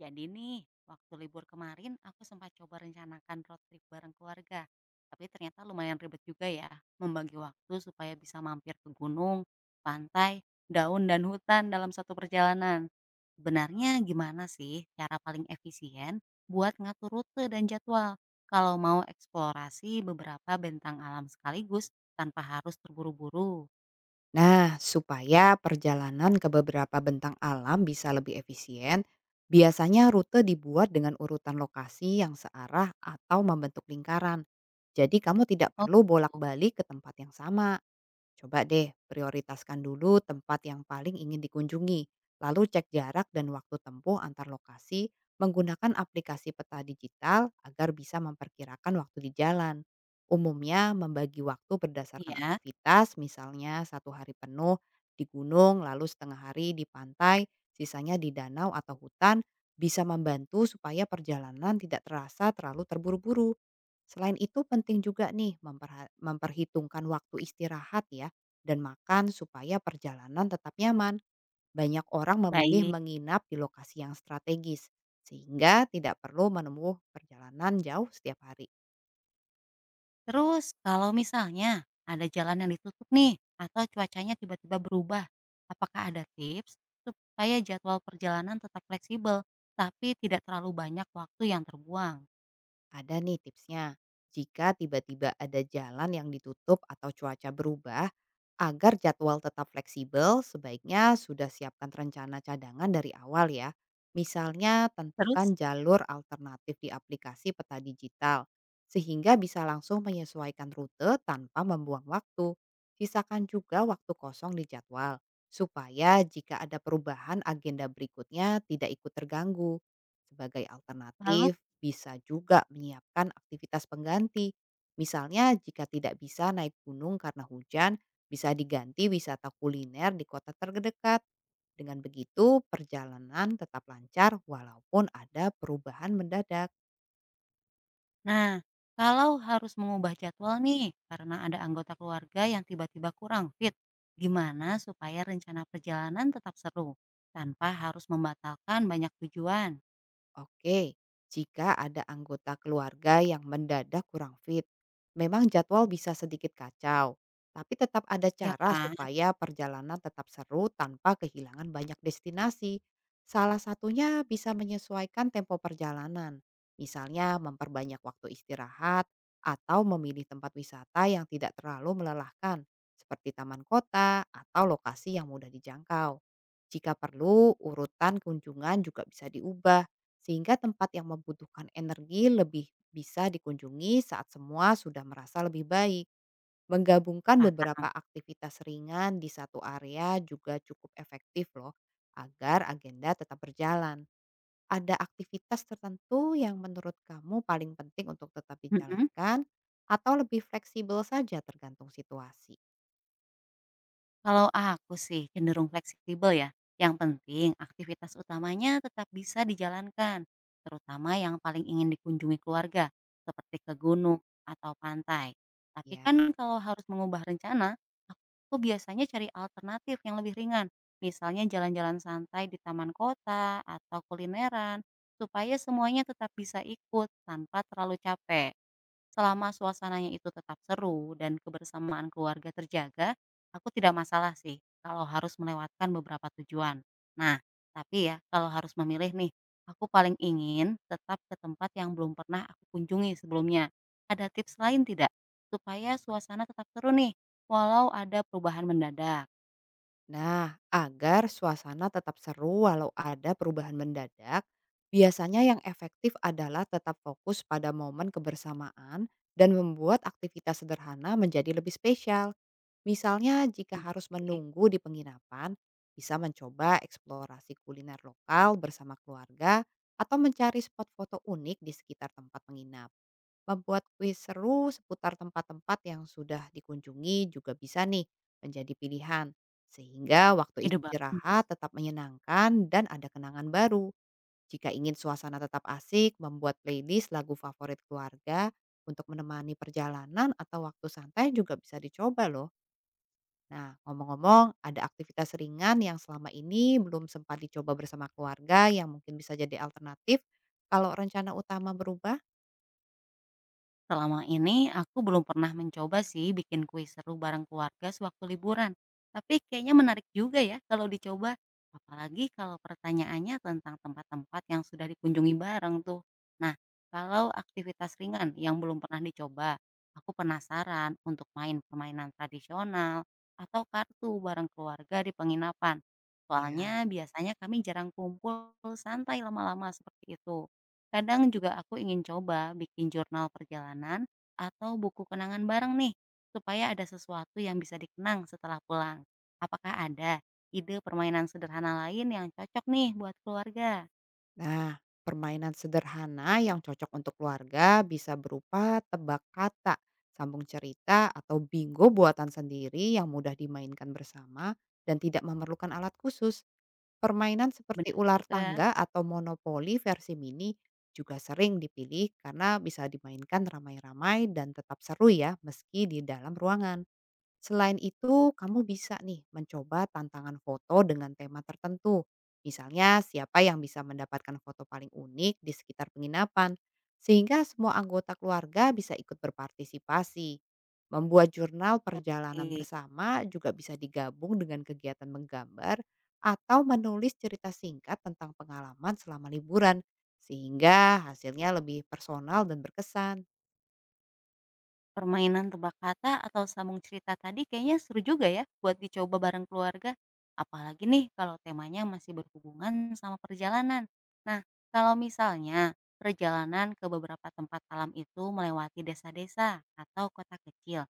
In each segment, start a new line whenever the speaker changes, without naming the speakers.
Jadi nih, waktu libur kemarin aku sempat coba rencanakan road trip bareng keluarga. Tapi ternyata lumayan ribet juga ya, membagi waktu supaya bisa mampir ke gunung, pantai, daun, dan hutan dalam satu perjalanan. Sebenarnya gimana sih cara paling efisien buat ngatur rute dan jadwal kalau mau eksplorasi beberapa bentang alam sekaligus tanpa harus terburu-buru?
Nah, supaya perjalanan ke beberapa bentang alam bisa lebih efisien, biasanya rute dibuat dengan urutan lokasi yang searah atau membentuk lingkaran. Jadi kamu tidak
Oh,
perlu
gitu.
bolak-balik ke tempat yang sama. Coba deh prioritaskan dulu tempat yang paling ingin dikunjungi, lalu cek jarak dan waktu tempuh antar lokasi menggunakan aplikasi peta digital agar bisa memperkirakan waktu di jalan. Umumnya membagi waktu berdasarkan
Iya,
aktivitas, misalnya satu hari penuh di gunung, lalu setengah hari di pantai, sisanya di danau atau hutan, bisa membantu supaya perjalanan tidak terasa terlalu terburu-buru. Selain itu penting juga nih memperhitungkan waktu istirahat ya dan makan supaya perjalanan tetap nyaman. Banyak orang memilih
baik.
menginap di lokasi yang strategis, sehingga tidak perlu menempuh perjalanan jauh setiap hari.
Terus kalau misalnya ada jalan yang ditutup nih atau cuacanya tiba-tiba berubah, apakah ada tips supaya jadwal perjalanan tetap fleksibel tapi tidak terlalu banyak waktu yang terbuang?
Ada nih tipsnya. Jika tiba-tiba ada jalan yang ditutup atau cuaca berubah, agar jadwal tetap fleksibel, sebaiknya sudah siapkan rencana cadangan dari awal ya. Misalnya
Terus,
tentukan jalur alternatif di aplikasi peta digital, sehingga bisa langsung menyesuaikan rute tanpa membuang waktu. Sisakan juga waktu kosong di jadwal, supaya jika ada perubahan agenda berikutnya tidak ikut terganggu. Sebagai
lalu,
alternatif, bisa juga menyiapkan aktivitas pengganti. Misalnya jika tidak bisa naik gunung karena hujan, bisa diganti wisata kuliner di kota terdekat. Dengan begitu, perjalanan tetap lancar walaupun ada perubahan mendadak.
nah, kalau harus mengubah jadwal nih karena ada anggota keluarga yang tiba-tiba kurang fit, gimana supaya rencana perjalanan tetap seru tanpa harus membatalkan banyak tujuan?
Oke, jika ada anggota keluarga yang mendadak kurang fit, memang jadwal bisa sedikit kacau, tapi tetap ada
Ya
cara
kan?
supaya perjalanan tetap seru tanpa kehilangan banyak destinasi. Salah satunya bisa menyesuaikan tempo perjalanan, misalnya memperbanyak waktu istirahat atau memilih tempat wisata yang tidak terlalu melelahkan, seperti taman kota atau lokasi yang mudah dijangkau. Jika perlu, urutan kunjungan juga bisa diubah sehingga tempat yang membutuhkan energi lebih bisa dikunjungi saat semua sudah merasa lebih baik. Menggabungkan
Paham?
beberapa aktivitas ringan di satu area juga cukup efektif loh agar agenda tetap berjalan. Ada aktivitas tertentu yang menurut kamu paling penting untuk tetap
Mhm.
dijalankan atau lebih fleksibel saja tergantung situasi
Kalau aku sih cenderung fleksibel ya. Yang penting aktivitas utamanya tetap bisa dijalankan, terutama yang paling ingin dikunjungi keluarga, seperti ke gunung atau pantai. Tapi
ya?
kan kalau harus mengubah rencana, aku biasanya cari alternatif yang lebih ringan. Misalnya jalan-jalan santai di taman kota atau kulineran, supaya semuanya tetap bisa ikut tanpa terlalu capek. Selama suasananya itu tetap seru dan kebersamaan keluarga terjaga, aku tidak masalah sih kalau harus melewatkan beberapa tujuan. Nah, tapi ya kalau harus memilih nih, aku paling ingin tetap ke tempat yang belum pernah aku kunjungi sebelumnya. Ada tips lain tidak? Supaya suasana tetap seru nih, walau ada perubahan mendadak.
Nah, agar suasana tetap seru walau ada perubahan mendadak, biasanya yang efektif adalah tetap fokus pada momen kebersamaan dan membuat aktivitas sederhana menjadi lebih spesial. Misalnya, jika
Setuju
harus
sih,
menunggu di penginapan, bisa mencoba eksplorasi kuliner lokal bersama keluarga atau mencari spot foto unik di sekitar tempat menginap. Membuat kuis seru seputar tempat-tempat yang sudah dikunjungi juga bisa nih menjadi pilihan. Sehingga waktu
ide bagus.
istirahat tetap menyenangkan dan ada kenangan baru. Jika ingin suasana tetap asik, membuat playlist lagu favorit keluarga untuk menemani perjalanan atau waktu santai juga bisa dicoba loh. Nah, ngomong-ngomong, ada aktivitas ringan yang selama ini belum sempat dicoba bersama keluarga yang mungkin bisa jadi alternatif kalau rencana utama berubah?
Selama ini aku belum pernah mencoba sih bikin kuis seru bareng keluarga sewaktu liburan. Tapi kayaknya menarik juga ya kalau dicoba. Apalagi kalau pertanyaannya tentang tempat-tempat yang sudah dikunjungi bareng tuh. Nah, kalau aktivitas ringan yang belum pernah dicoba, aku penasaran untuk main permainan tradisional atau kartu bareng keluarga di penginapan.
Ya.
Soalnya biasanya kami jarang kumpul santai lama-lama seperti itu. Kadang juga aku ingin coba bikin jurnal perjalanan atau buku kenangan bareng nih, supaya ada sesuatu yang bisa dikenang setelah pulang. Apakah ada ide permainan sederhana lain yang cocok nih buat keluarga?
Nah, permainan sederhana yang cocok untuk keluarga bisa berupa tebak kata, sambung cerita, atau bingo buatan sendiri yang mudah dimainkan bersama dan tidak memerlukan alat khusus. Permainan seperti
Benar
ular
juga.
tangga atau monopoli versi mini juga sering dipilih karena bisa dimainkan ramai-ramai dan tetap seru ya meski di dalam ruangan. Selain itu, kamu bisa nih mencoba tantangan foto dengan tema tertentu. Misalnya, siapa yang bisa mendapatkan foto paling unik di sekitar penginapan, sehingga semua anggota keluarga bisa ikut berpartisipasi. Membuat jurnal perjalanan
Oke.
bersama juga bisa digabung dengan kegiatan menggambar atau menulis cerita singkat tentang pengalaman selama liburan, sehingga hasilnya lebih personal dan berkesan.
Permainan tebak kata atau sambung cerita tadi kayaknya seru juga ya buat dicoba bareng keluarga. Apalagi nih kalau temanya masih berhubungan sama perjalanan. Nah, kalau misalnya perjalanan ke beberapa tempat alam itu melewati desa-desa atau kota kecil,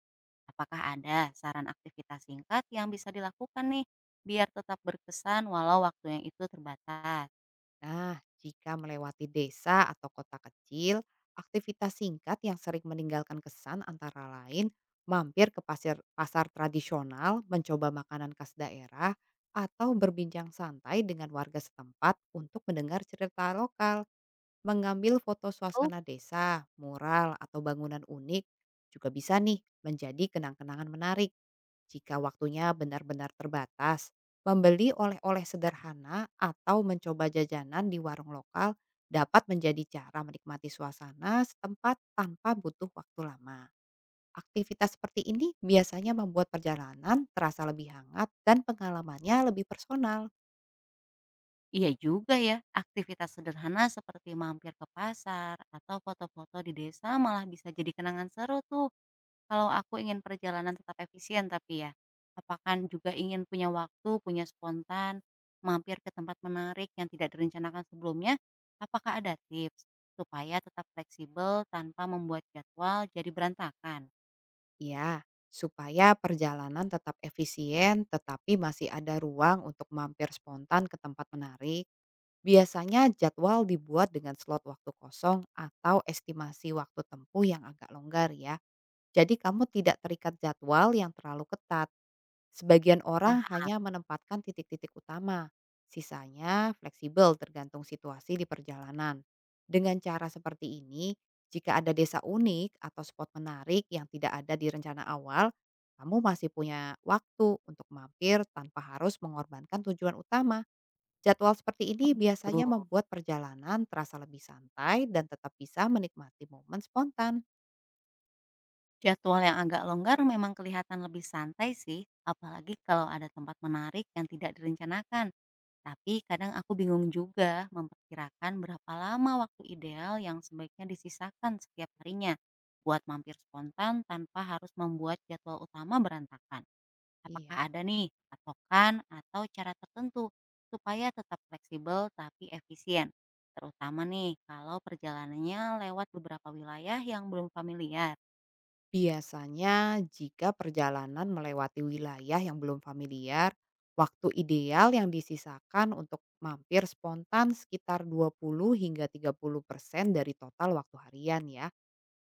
apakah ada saran aktivitas singkat yang bisa dilakukan nih biar tetap berkesan walau waktu yang itu terbatas?
Nah, jika melewati desa atau kota kecil, aktivitas singkat yang sering meninggalkan kesan antara lain mampir ke pasir, pasar tradisional, mencoba makanan khas daerah, atau berbincang santai dengan warga setempat untuk mendengar cerita lokal, mengambil foto
Lalu,
suasana desa, mural, atau bangunan unik juga bisa nih menjadi kenang-kenangan menarik. Jika waktunya benar-benar terbatas, membeli oleh-oleh sederhana atau mencoba jajanan di warung lokal dapat menjadi cara menikmati suasana setempat tanpa butuh waktu lama. Aktivitas seperti ini biasanya membuat perjalanan terasa lebih hangat dan pengalamannya lebih personal.
iya juga ya, aktivitas sederhana seperti mampir ke pasar atau foto-foto di desa malah bisa jadi kenangan seru tuh kalau aku ingin perjalanan tetap efisien tapi ya. Apakah juga ingin punya waktu, punya spontan, mampir ke tempat menarik yang tidak direncanakan sebelumnya? Apakah ada tips supaya tetap fleksibel tanpa membuat jadwal jadi berantakan?
Ya, supaya perjalanan tetap efisien tetapi masih ada ruang untuk mampir spontan ke tempat menarik. Biasanya jadwal dibuat dengan slot waktu kosong atau estimasi waktu tempuh yang agak longgar ya. Jadi kamu tidak terikat jadwal yang terlalu ketat. Sebagian orang
Paham.
hanya menempatkan titik-titik utama. Sisanya fleksibel tergantung situasi di perjalanan. Dengan cara seperti ini, jika ada desa unik atau spot menarik yang tidak ada di rencana awal, kamu masih punya waktu untuk mampir tanpa harus mengorbankan tujuan utama. Jadwal seperti
Oh,
ini
gitu.
biasanya membuat perjalanan terasa lebih santai dan tetap bisa menikmati momen spontan.
Jadwal yang agak longgar memang kelihatan lebih santai sih, apalagi kalau ada tempat menarik yang tidak direncanakan. Tapi kadang aku bingung juga memperkirakan berapa lama waktu ideal yang sebaiknya disisakan setiap harinya buat mampir spontan tanpa harus membuat jadwal utama berantakan. Apakah
Iya.
ada nih patokan atau cara tertentu supaya tetap fleksibel tapi efisien? Terutama nih kalau perjalanannya lewat beberapa wilayah yang belum familiar.
Biasanya jika perjalanan melewati wilayah yang belum familiar, waktu ideal yang disisakan untuk mampir spontan sekitar 20 hingga 30% dari total waktu harian ya.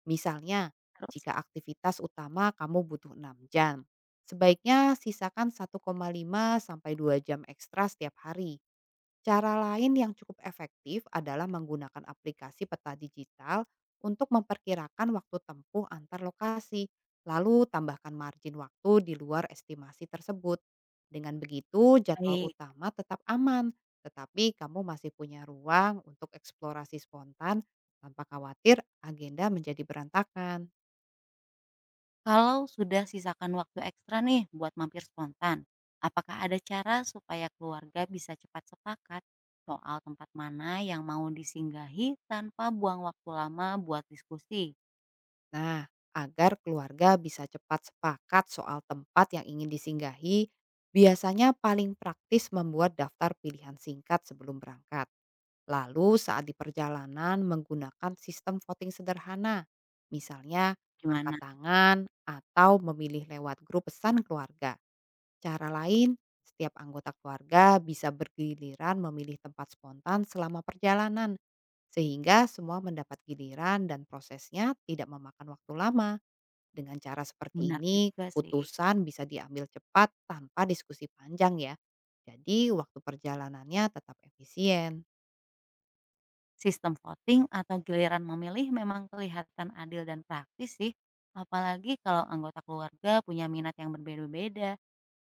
Misalnya,
Terus,
jika aktivitas utama kamu butuh 6 jam, sebaiknya sisakan 1,5 sampai 2 jam ekstra setiap hari. Cara lain yang cukup efektif adalah menggunakan aplikasi peta digital untuk memperkirakan waktu tempuh antar lokasi, lalu tambahkan margin waktu di luar estimasi tersebut. Dengan begitu, jadwal
baik.
utama tetap aman, tetapi kamu masih punya ruang untuk eksplorasi spontan tanpa khawatir agenda menjadi berantakan.
Kalau sudah sisakan waktu ekstra nih buat mampir spontan, apakah ada cara supaya keluarga bisa cepat sepakat soal tempat mana yang mau disinggahi tanpa buang waktu lama buat diskusi?
Nah, agar keluarga bisa cepat sepakat soal tempat yang ingin disinggahi, biasanya paling praktis membuat daftar pilihan singkat sebelum berangkat. Lalu saat di perjalanan menggunakan sistem voting sederhana, misalnya angkat
Gimana?
tangan atau memilih lewat grup pesan keluarga. Cara lain, setiap anggota keluarga bisa bergiliran memilih tempat spontan selama perjalanan, sehingga semua mendapat giliran dan prosesnya tidak memakan waktu lama. Dengan cara seperti
Benar
ini,
juga sih.
keputusan bisa diambil cepat tanpa diskusi panjang ya. Jadi waktu perjalanannya tetap efisien.
Sistem voting atau giliran memilih memang kelihatan adil dan praktis sih, apalagi kalau anggota keluarga punya minat yang berbeda-beda.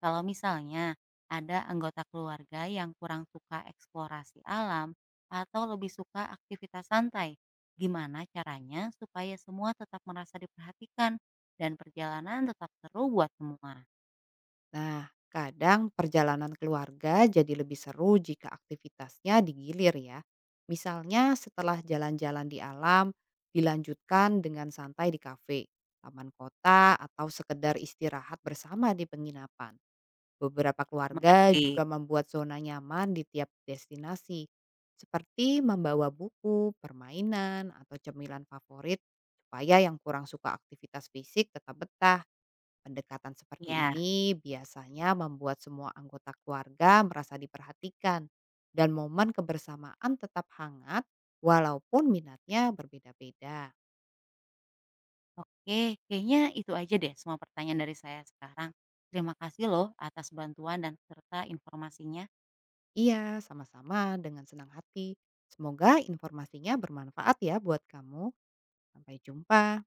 Kalau misalnya ada anggota keluarga yang kurang suka eksplorasi alam atau lebih suka aktivitas santai, gimana caranya supaya semua tetap merasa diperhatikan dan perjalanan tetap seru buat semua?
Nah, kadang perjalanan keluarga jadi lebih seru jika aktivitasnya digilir ya. Misalnya setelah jalan-jalan di alam, dilanjutkan dengan santai di kafe, taman kota, atau sekedar istirahat bersama di penginapan. Beberapa keluarga
Mengerti?
juga membuat zona nyaman di tiap destinasi, seperti membawa buku, permainan, atau cemilan favorit supaya yang kurang suka aktivitas fisik tetap betah. Pendekatan seperti
Ya.
ini biasanya membuat semua anggota keluarga merasa diperhatikan dan momen kebersamaan tetap hangat walaupun minatnya berbeda-beda.
Oke, kayaknya itu aja deh semua pertanyaan dari saya sekarang. Terima kasih loh atas bantuan dan serta informasinya.
Iya, sama-sama dengan senang hati. Semoga informasinya bermanfaat ya buat kamu. Sampai jumpa.